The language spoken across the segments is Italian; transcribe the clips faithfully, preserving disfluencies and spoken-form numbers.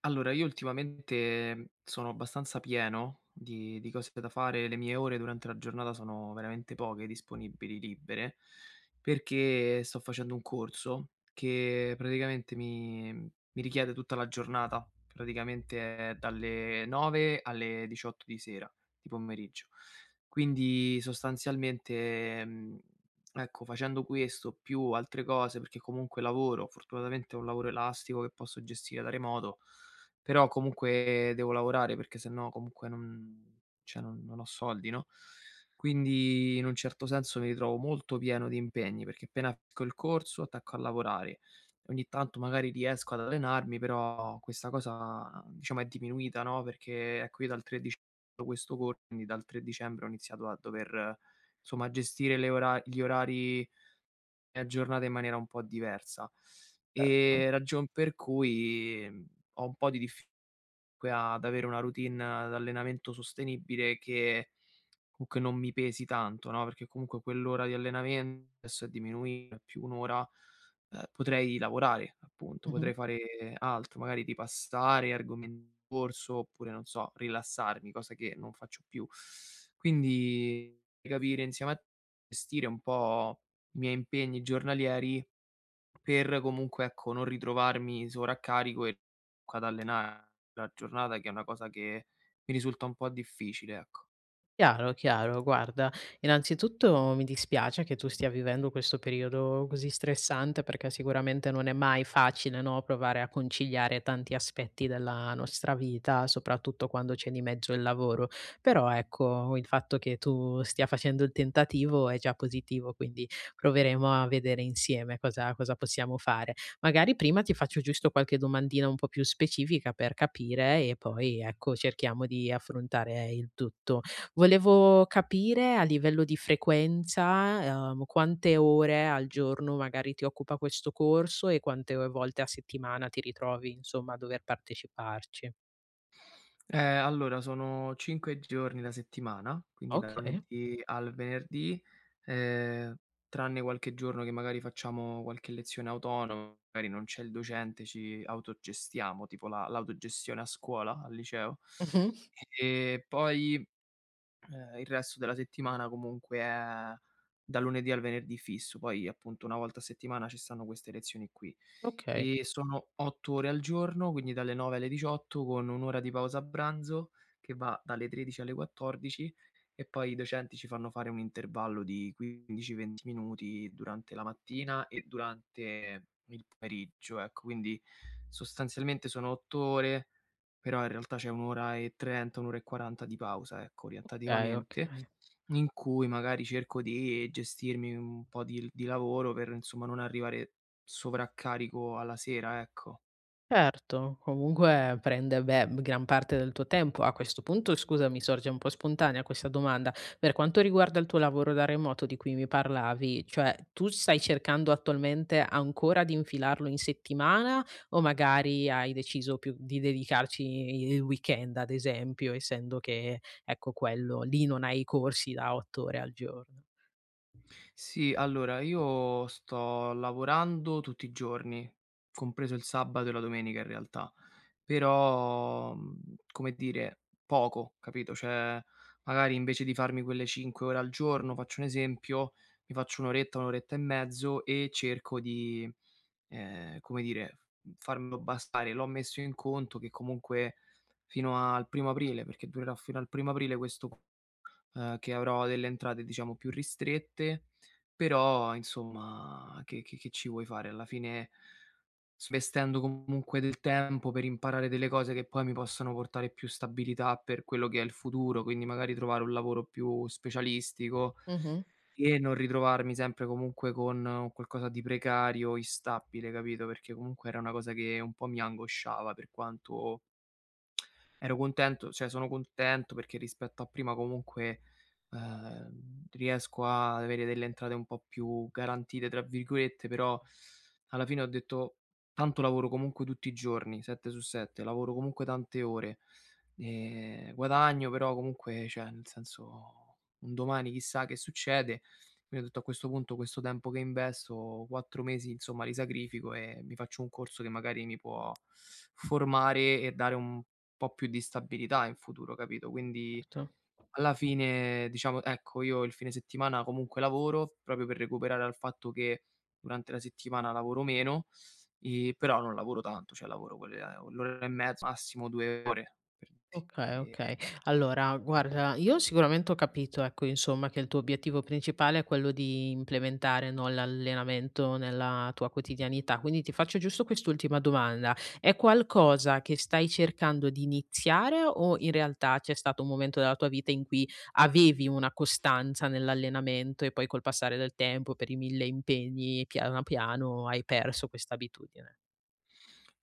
Allora, io ultimamente, mhmm, sono abbastanza pieno di di cose da fare, le mie ore durante la giornata sono veramente poche, disponibili, libere, perché sto facendo un corso che praticamente mi mi richiede tutta la giornata, praticamente è dalle nove alle diciotto di sera, di pomeriggio. Quindi sostanzialmente, mhmm, ecco, facendo questo più altre cose, perché comunque lavoro, fortunatamente è un lavoro elastico che posso gestire da remoto, però comunque devo lavorare, perché sennò comunque non cioè non non ho soldi, no, quindi in un certo senso mi ritrovo molto pieno di impegni, perché appena finisco il corso attacco a lavorare. Ogni tanto magari riesco ad allenarmi, però questa cosa diciamo è diminuita, no, perché ecco io dal tre dicembre ho questo corso, quindi dal tre dicembre ho iniziato a dover eh, insomma gestire le ora gli orari della giornata in maniera un po' diversa. Mh. Ehm, ragion per cui, mhmm, ho un po' di diffi comunque ad avere una routine d'allenamento sostenibile che comunque non mi pesi tanto, no, perché comunque quell'ora di allenamento adesso è diminuita, è più un' ora, ehm, potrei lavorare appunto, Mh-mh. potrei fare altro, magari ripassare argomenti in corso oppure, non so, rilassarmi, cosa che non faccio più. Quindi capire insieme a te, gestire un po' i miei impegni giornalieri per comunque, ecco, non ritrovarmi sovraccarico e ad allenare la giornata, che è una cosa che mi risulta un po' difficile, ecco. Chiaro, chiaro. Guarda, innanzitutto mi dispiace che tu stia vivendo questo periodo così stressante perché sicuramente non è mai facile, no, provare a conciliare tanti aspetti della nostra vita, soprattutto quando c'è di mezzo il lavoro. Però ecco, il fatto che tu stia facendo il tentativo è già positivo, quindi proveremo a vedere insieme cosa, cosa possiamo fare. Magari prima ti faccio giusto qualche domandina un po' più specifica per capire e poi ecco cerchiamo di affrontare il tutto. Volevo capire a livello di frequenza, ehm, quante ore al giorno magari ti occupa questo corso e quante o volte a settimana ti ritrovi, insomma, a dover parteciparci. Eh, allora sono cinque giorni la settimana, quindi da Okay. lunedì al venerdì, ehm, tranne qualche giorno che magari facciamo qualche lezione autonoma, magari non c'è il docente, ci autogestiamo, tipo la l'autogestione a scuola, al liceo. Mh-mh. E poi Ehm, il resto della settimana comunque è da lunedì al venerdì fisso, poi appunto una volta a settimana ci stanno queste lezioni qui. Okay, E sono otto ore al giorno, quindi dalle nove alle diciotto con un' ora di pausa a pranzo che va dalle tredici alle quattordici, e poi i docenti ci fanno fare un intervallo di quindici, venti minuti durante la mattina e durante il pomeriggio, ecco. Quindi sostanzialmente sono otto ore, però in realtà c'è un' ora e trenta, un' ora e quaranta di pausa, ecco, okay, orientativamente, okay. in cui magari cerco di gestirmi un po' di l di lavoro per, insomma, non arrivare sovraccarico alla sera, ecco. Certo, comunque prende, beh, gran parte del tuo tempo. A questo punto, scusa, mi sorge un po' spontanea questa domanda. Per quanto riguarda il tuo lavoro da remoto di cui mi parlavi, cioè tu stai cercando attualmente ancora di infilarlo in settimana o magari hai deciso più di dedicarci il weekend, ad esempio, essendo che, ecco, quello lì non hai corsi da otto ore al giorno? Sì, allora io sto lavorando tutti i giorni, compreso il sabato e la domenica in realtà. Però, mhmm, come dire, poco, capito, cioè magari invece di farmi quelle cinque ore al giorno, faccio un esempio, mi faccio un' oretta, un' oretta e mezzo e cerco di, ehm, come dire, mhmm, farmelo bastare. L'ho messo in conto che comunque fino al primo aprile, perché durerà fino al primo aprile questo, ehm, che avrò delle entrate diciamo più ristrette, però insomma che che che ci vuoi fare alla fine. Svestendo comunque del tempo per imparare delle cose che poi mi possono portare più stabilità per quello che è il futuro, quindi magari trovare un lavoro più specialistico Mh-mh, e non ritrovarmi sempre comunque con un qualcosa di precario, instabile, capito? Perché comunque era una cosa che un po' mi angosciava. Per quanto ero contento, cioè sono contento perché rispetto a prima comunque, ehm, riesco ad avere delle entrate un po' più "garantite" tra virgolette, però alla fine ho detto: "Tanto lavoro comunque tutti i giorni, sette su sette, lavoro comunque tante ore, ehm, guadagno però comunque cioè, nel senso, un domani chissà che succede". Quindi ho detto: "A questo punto questo tempo che investo, quattro mesi insomma li sacrifico e mi faccio un corso che magari mi può formare e dare un po' più di stabilità in futuro, capito?". Quindi certo. alla fine diciamo ecco, io il fine settimana comunque lavoro, proprio per recuperare dal fatto che durante la settimana lavoro meno, ehm, però non lavoro tanto, cioè lavoro quelle eh, l'ora e mezza, massimo due ore per Okay, dirti. okay. E Allora guarda, io sicuramente ho capito, ecco, insomma, che il tuo obiettivo principale è quello di implementare, no, l'allenamento nella tua quotidianità. Quindi ti faccio giusto quest'ultima domanda: è qualcosa che stai cercando di iniziare o in realtà c'è stato un momento della tua vita in cui avevi una costanza nell'allenamento e poi col passare del tempo per i mille impegni piano piano hai perso questa abitudine?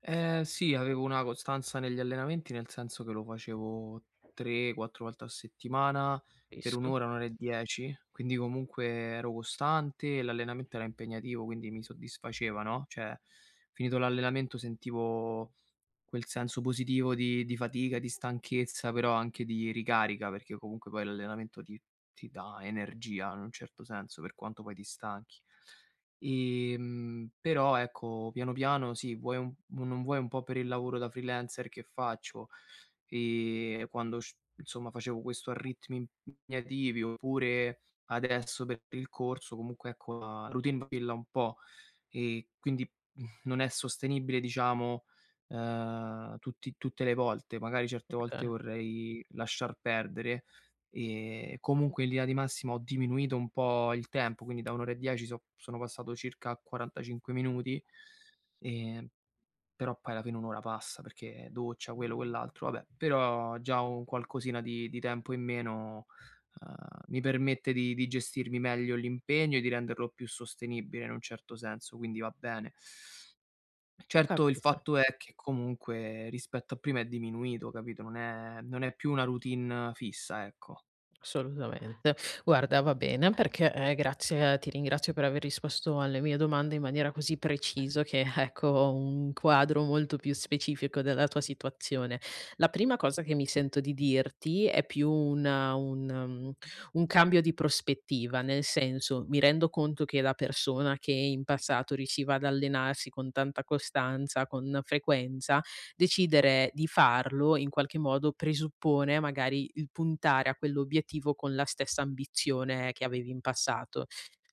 Ehm, sì, avevo una costanza negli allenamenti, nel senso che lo facevo tre, quattro volte a settimana per un' Capisco, ora, un' ora e dieci, quindi comunque ero costante e l'allenamento era impegnativo, quindi mi soddisfaceva, no, cioè finito l'allenamento sentivo quel senso positivo di di fatica, di stanchezza, però anche di ricarica, perché comunque poi l'allenamento ti ti dà energia in un certo senso, per quanto poi ti stanchi. Ehm, però ecco, piano piano sì, vuoi un non vuoi un po' per il lavoro da freelancer che faccio, ehm, quando sc insomma facevo questo a ritmi impegnativi, oppure adesso per il corso, comunque ecco la routine vacilla un po'. E quindi, mhmm, non è sostenibile diciamo, ehm, tutti tutte le volte. Magari certe volte okay, vorrei lasciar perdere, e comunque in linea di massima ho diminuito un po' il tempo, quindi da un' ora e dieci so sono passato circa a quarantacinque minuti, ehm però poi alla fine un' ora passa perché doccia, quello, quell'altro, vabbè, però già un qualcosina di di tempo in meno, uhm, mi permette di di gestirmi meglio l'impegno e di renderlo più sostenibile in un certo senso, quindi va bene. ho Certo, il capito. fatto è che comunque rispetto a prima è diminuito, capito, non è non è più una routine fissa, ecco. Assolutamente. Guarda, va bene perché, ehm, grazie ti ringrazio per aver risposto alle mie domande in maniera così preciso che, ecco, ho un quadro molto più specifico della tua situazione. La prima cosa che mi sento di dirti è più una un mhmm, un cambio di prospettiva, nel senso, mi rendo conto che la persona che in passato riusciva ad allenarsi con tanta costanza, con frequenza, decidere di farlo in qualche modo presuppone magari il puntare a quell'obiettivo con la stessa ambizione che avevi in passato.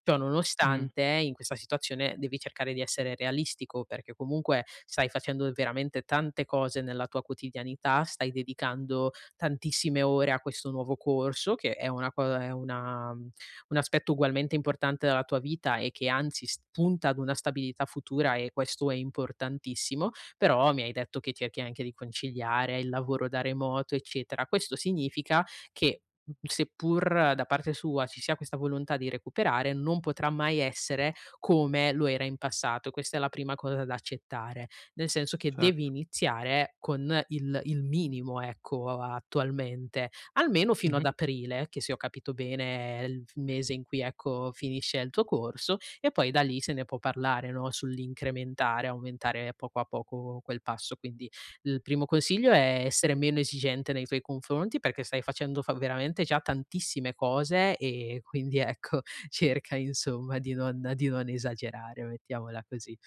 Ciò Mh, nonostante, in questa situazione devi cercare di essere realistico perché comunque stai facendo veramente tante cose nella tua quotidianità, stai dedicando tantissime ore a questo nuovo corso che è una co è una mhmm, un aspetto ugualmente importante della tua vita e che anzi s punta ad una stabilità futura e questo è importantissimo, però mi hai detto che cerchi anche di conciliare il lavoro da remoto, eccetera. Questo significa che, mhmm, seppur da parte sua ci sia questa volontà di recuperare, non potrà mai essere come lo era in passato. Questa è la prima cosa da accettare, nel senso che devi certo. iniziare con il il minimo, ecco, a attualmente, almeno fino ad Mh-mh. aprile, che se ho capito bene è il f mese in cui, ecco, finisce il tuo corso e poi da lì se ne può parlare, no, sull'incrementare, aumentare poco a poco quel passo. Quindi il primo consiglio è essere meno esigente nei tuoi confronti perché stai facendo fa veramente già tantissime cose e quindi ecco cerca insomma di non di non esagerare, mettiamola così.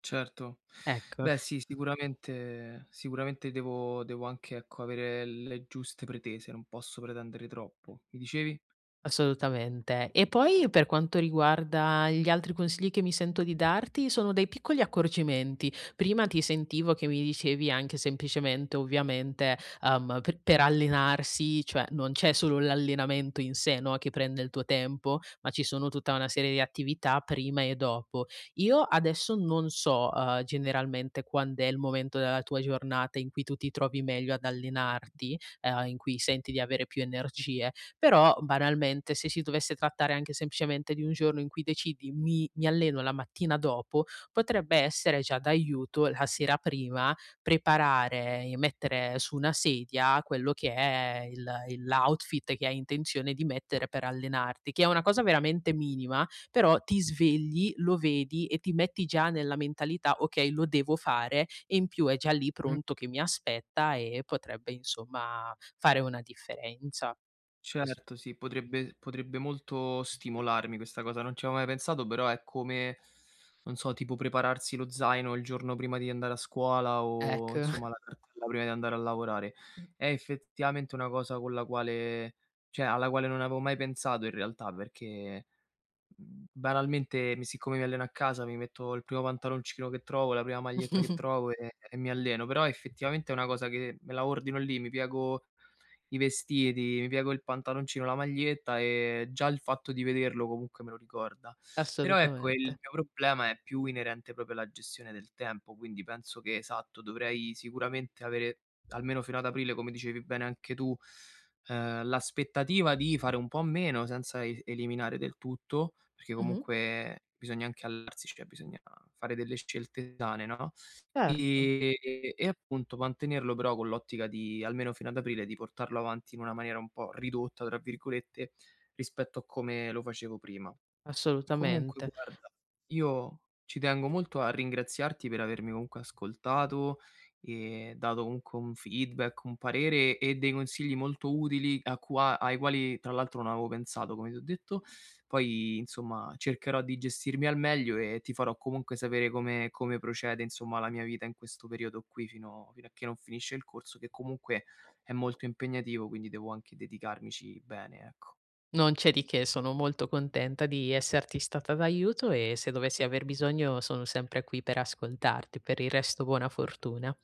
Certo. Ecco. Beh sì, sicuramente, sicuramente devo devo anche, ecco, avere le giuste pretese, non posso pretendere troppo. Mi dicevi? Assolutamente. E poi per quanto riguarda gli altri consigli che mi sento di darti, sono dei piccoli accorgimenti. Prima ti sentivo che mi dicevi anche semplicemente, ovviamente, um, per, per allenarsi, cioè non c'è solo l'allenamento in sé, no, che prende il tuo tempo, ma ci sono tutta una serie di attività prima e dopo. Io adesso non so, uh, generalmente quando è il momento della tua giornata in cui tu ti trovi meglio ad allenarti, eh, in cui senti di avere più energie però banalmente se si dovesse trattare anche semplicemente di un giorno in cui decidi: "Mi mi alleno la mattina dopo", potrebbe essere già d'aiuto la sera prima preparare e mettere su una sedia quello che è il il l'outfit che hai intenzione di mettere per allenarti, che è una cosa veramente minima, però ti svegli, lo vedi e ti metti già nella mentalità: "Okay, lo devo fare", e in più è già lì Mh. pronto che mi aspetta e potrebbe insomma fare una differenza. Cos Certo sì, potrebbe potrebbe molto stimolarmi questa cosa, non ci avevo mai pensato, però è come, non so, tipo prepararsi lo zaino il giorno prima di andare a scuola o ecco, insomma la cartella prima di andare a lavorare. È effettivamente una cosa con la quale, cioè alla quale non avevo mai pensato in realtà, perché Mhmm, banalmente mi siccome mi alleno a casa mi metto il primo pantaloncino che trovo, la prima maglietta che trovo e e mi alleno, però effettivamente è una cosa che me la ordino lì, mi piego i vestiti, mi piego il pantaloncino, la maglietta e già il fatto di vederlo comunque me lo ricorda. Però ecco, il assolutamente. mio problema è più inerente proprio alla gestione del tempo, quindi penso che esatto, dovrei sicuramente avere almeno fino ad aprile, come dicevi bene anche tu, eh, l'aspettativa di fare un po' meno senza e- eliminare del tutto, perché Mh-mh. comunque bisogna anche allarsi, cioè bisogna fare delle scelte sane, no? Certo, Ehm, e appunto mantenerlo però con l'ottica di almeno fino ad aprile, di portarlo avanti in una maniera un po' "ridotta", tra virgolette, rispetto a come lo facevo prima. Comunque assolutamente. guarda, io ci tengo molto a ringraziarti per avermi comunque ascoltato e dato comunque un feedback, un parere e dei consigli molto utili, a qua ai quali tra l'altro non avevo pensato, come ti ho detto. Poi insomma cercherò di gestirmi al meglio e ti farò comunque sapere come come procede insomma la mia vita in questo periodo qui, fino fino a che non finisce il corso, che comunque è molto impegnativo, quindi devo anche dedicarmici bene, ecco. Non c'è di che, sono molto contenta di esserti stata d'aiuto e se dovessi aver bisogno sono sempre qui per ascoltarti. Per il resto buona fortuna.